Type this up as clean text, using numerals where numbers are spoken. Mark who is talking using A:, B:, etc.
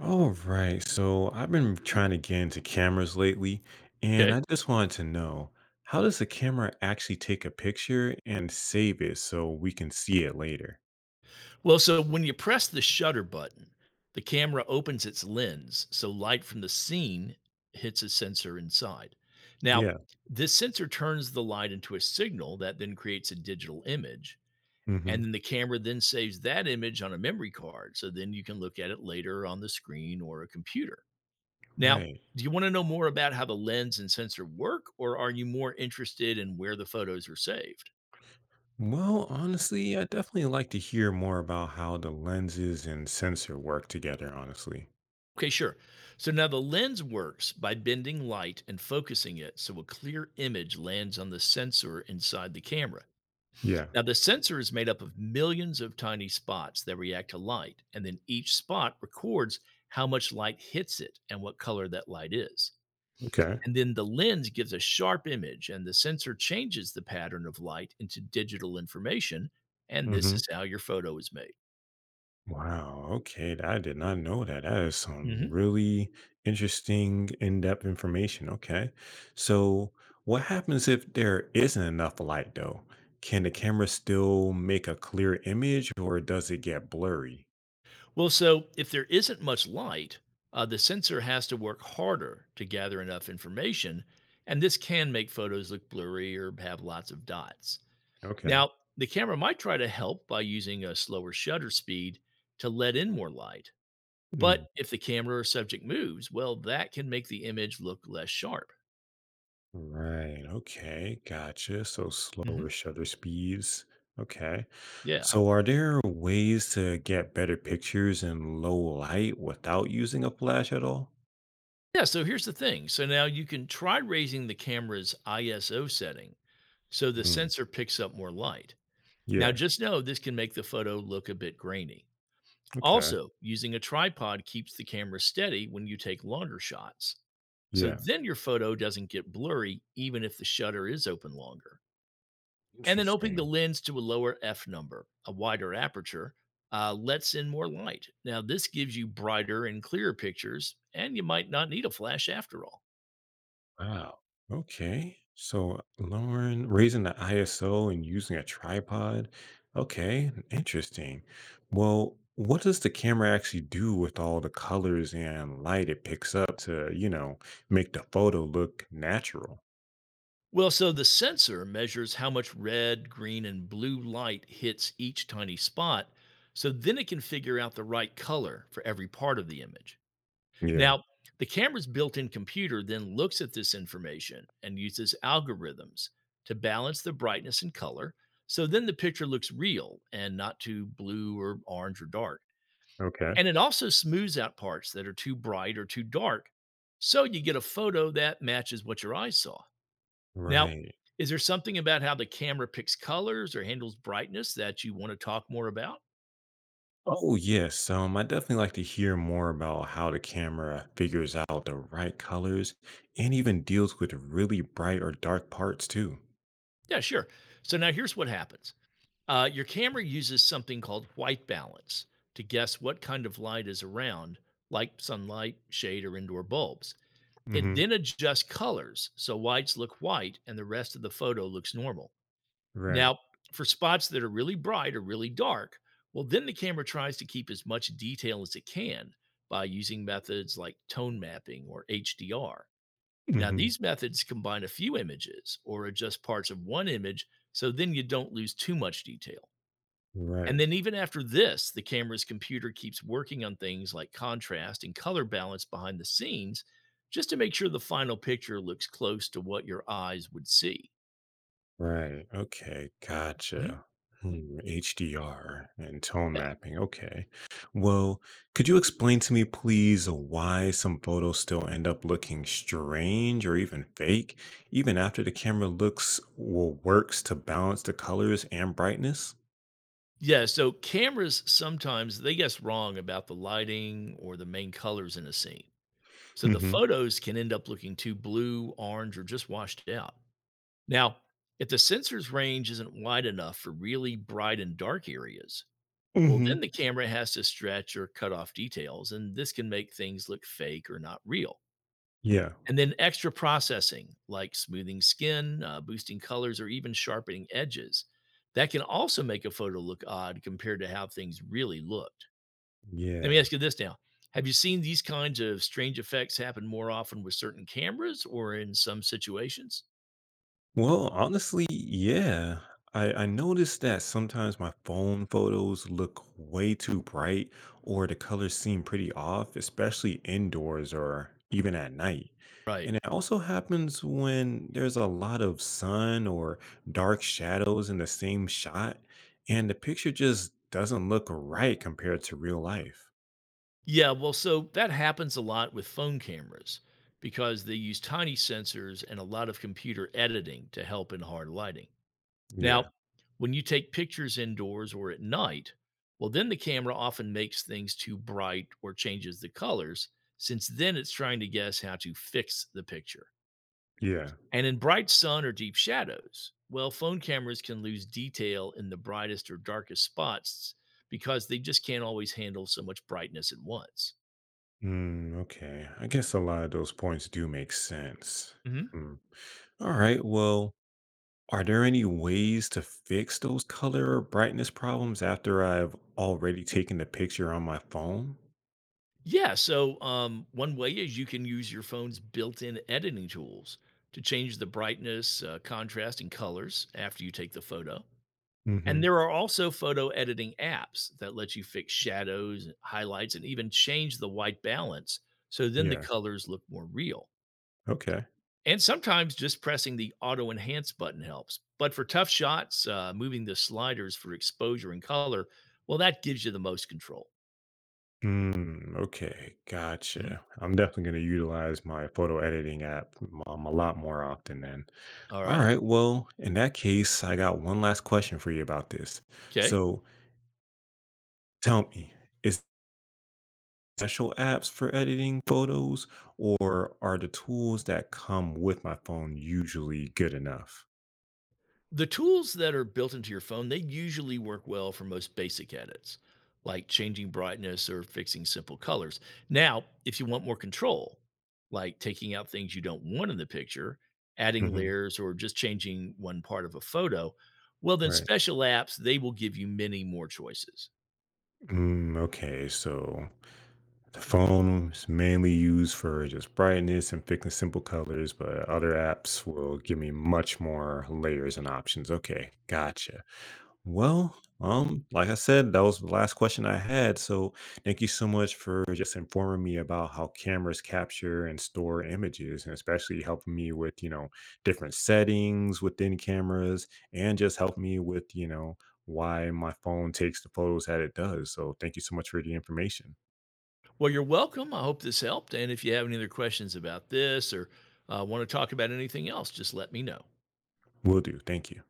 A: All right. So I've been trying to get into cameras lately, and
B: Okay.
A: I just wanted to know how does the camera actually take a picture and save it so we can see it later?
B: Well, so when you press the shutter button, the camera opens its lens, so light from the scene hits a sensor inside. Now,
A: Yeah.
B: this sensor turns the light into a signal that then creates a digital image, and
A: Hmm.
B: then the camera then saves that image on a memory card, so then you can look at it later on the screen or a computer. Now,
A: Right.
B: do you wanna know more about how the lens and sensor work, or are you more interested in where the photos are saved?
A: Well, honestly, I definitely like to hear more about how the lenses and sensor work together, honestly.
B: Okay, sure. So now the lens works by bending light and focusing it so a clear image lands on the sensor inside the camera.
A: Yeah.
B: Now, the sensor is made up of millions of tiny spots that react to light, and then each spot records how much light hits it and what color that light is.
A: Okay.
B: And then the lens gives a sharp image, and the sensor changes the pattern of light into digital information. And this
A: Hmm.
B: is how your photo is made.
A: Wow. Okay. I did not know that. That is some
B: Mhm.
A: really interesting, in depth information. Okay. So, what happens if there isn't enough light, though? Can the camera still make a clear image or does it get blurry?
B: Well, so if there isn't much light, the sensor has to work harder to gather enough information, and this can make photos look blurry or have lots of dots.
A: Okay.
B: Now, the camera might try to help by using a slower shutter speed to let in more light, but
A: Mm.
B: if the camera or subject moves, well, that can make the image look less sharp.
A: Right. Okay. Gotcha. So,
B: Hmm.
A: slower shutter speeds. Okay.
B: Yeah.
A: So, are there ways to get better pictures in low light without using a flash at all?
B: Yeah. So here's the thing. So now you can try raising the camera's ISO setting so the
A: Mm.
B: sensor picks up more light. Now,
A: Yeah.
B: just know this can make the photo look a bit grainy.
A: Okay.
B: Also, using a tripod keeps the camera steady when you take longer shots. So
A: Yeah,
B: then your photo doesn't get blurry, even if the shutter is open longer. And then opening the
A: interesting.
B: lens to a lower f number, a wider aperture, lets in more light. Now, this gives you brighter and clearer pictures, and you might not need a flash after all.
A: Wow. Okay. So lowering, raising the ISO and using a tripod. Okay, interesting. Well, what does the camera actually do with all the colors and light it picks up to, make the photo look natural?
B: Well, so the sensor measures how much red, green, and blue light hits each tiny spot. So then it can figure out the right color for every part of the image.
A: Yeah.
B: Now, the camera's built in computer then looks at this information and uses algorithms to balance the brightness and color. So then the picture looks real and not too blue or orange or dark.
A: Okay.
B: And it also smooths out parts that are too bright or too dark. So you get a photo that matches what your eyes saw. Now,
A: Right.
B: is there something about how the camera picks colors or handles brightness that you want to talk more about?
A: Oh, yes. I definitely like to hear more about how the camera figures out the right colors and even deals with really bright or dark parts too.
B: Yeah, sure. So now here's what happens. Your camera uses something called white balance to guess what kind of light is around, like sunlight, shade, or indoor bulbs. It
A: Hmm.
B: then adjusts colors so whites look white and the rest of the photo looks normal.
A: Right.
B: Now, for spots that are really bright or really dark, well, then the camera tries to keep as much detail as it can by using methods like tone mapping or HDR. Now,
A: Hmm.
B: these methods combine a few images or adjust parts of one image so then you don't lose too much detail. And
A: Right.
B: then, even after this, the camera's computer keeps working on things like contrast and color balance behind the scenes just to make sure the final picture looks close to what your eyes would see.
A: Right. Okay.
B: Mhm.
A: Gotcha. Hmm, HDR and tone
B: Yeah.
A: mapping. Okay. Well, could you explain to me, please, why some photos still end up looking strange or even fake, even after the camera looks or works to balance the colors and brightness?
B: Yeah, so cameras sometimes they guess wrong about the lighting or the main colors in a scene. So the
A: Hmm.
B: photos can end up looking too blue, orange, or just washed out. Now, if the sensor's range isn't wide enough for really bright and dark areas, well, then
A: Hmm.
B: the camera has to stretch or cut off details, and this can make things look fake or not real.
A: Yeah.
B: And then extra processing like smoothing skin, boosting colors, or even sharpening edges. That can also make a photo look odd compared to how things really looked. Let me
A: Yeah.
B: ask you this now. Have you seen these kinds of strange effects happen more often with certain cameras or in some situations?
A: Well, honestly, yeah. I noticed that sometimes my phone photos look way too bright or the colors seem pretty off, especially indoors or even at night. And
B: Right.
A: it also happens when there's a lot of sun or dark shadows in the same shot, and the picture just doesn't look right compared to real life.
B: Yeah, well, so that happens a lot with phone cameras because they use tiny sensors and a lot of computer editing to help in hard lighting.
A: Yeah,
B: Now, when you take pictures indoors or at night, well, then the camera often makes things too bright or changes the colors, since then it's trying to guess how to fix the picture.
A: yeah.
B: And in bright sun or deep shadows, well, phone cameras can lose detail in the brightest or darkest spots because they just can't always handle so much brightness at once.
A: Mm, okay. I guess a lot of those points do make sense. Hmm. All right. Well, are there any ways to fix those color or brightness problems after I've already taken the picture on my phone?
B: Yeah. So, one way is you can use your phone's built in editing tools to change the brightness, contrast, and colors after you take the photo.
A: Hmm.
B: And there are also photo editing apps that let you fix shadows, highlights, and even change the white balance. So then the
A: Yeah.
B: colors look more real.
A: Okay.
B: And sometimes just pressing the auto enhance button helps. But for tough shots, moving the sliders for exposure and color, well, that gives you the most control.
A: Mm, okay.
B: Mhm.
A: Gotcha. I'm definitely going to utilize my photo editing app a lot more often then.
B: All
A: All
B: right.
A: right. Well, in that case, I got one last question for you about this.
B: Okay.
A: So tell me, is special apps for editing photos or are the tools that come with my phone usually good enough?
B: The tools that are built into your phone, they usually work well for most basic edits, like changing brightness or fixing simple colors. Now, if you want more control, like taking out things you don't want in the picture, adding layers, or just changing one part of a photo, well, then
A: Right.
B: special apps, they will give you many more choices.
A: Mm, okay. So the phone is mainly used for just brightness and picking simple colors, but other apps will give me much more layers and options. Okay. Gotcha. Well, like I said, that was the last question I had. So thank you so much for just informing me about how cameras capture and store images, and especially helping me with, different settings within cameras and just help me with, why my phone takes the photos that it does. So thank you so much for the information.
B: Well, you're welcome. I hope this helped. And if you have any other questions about this or want to talk about anything else, just let me know.
A: Will do. Thank you.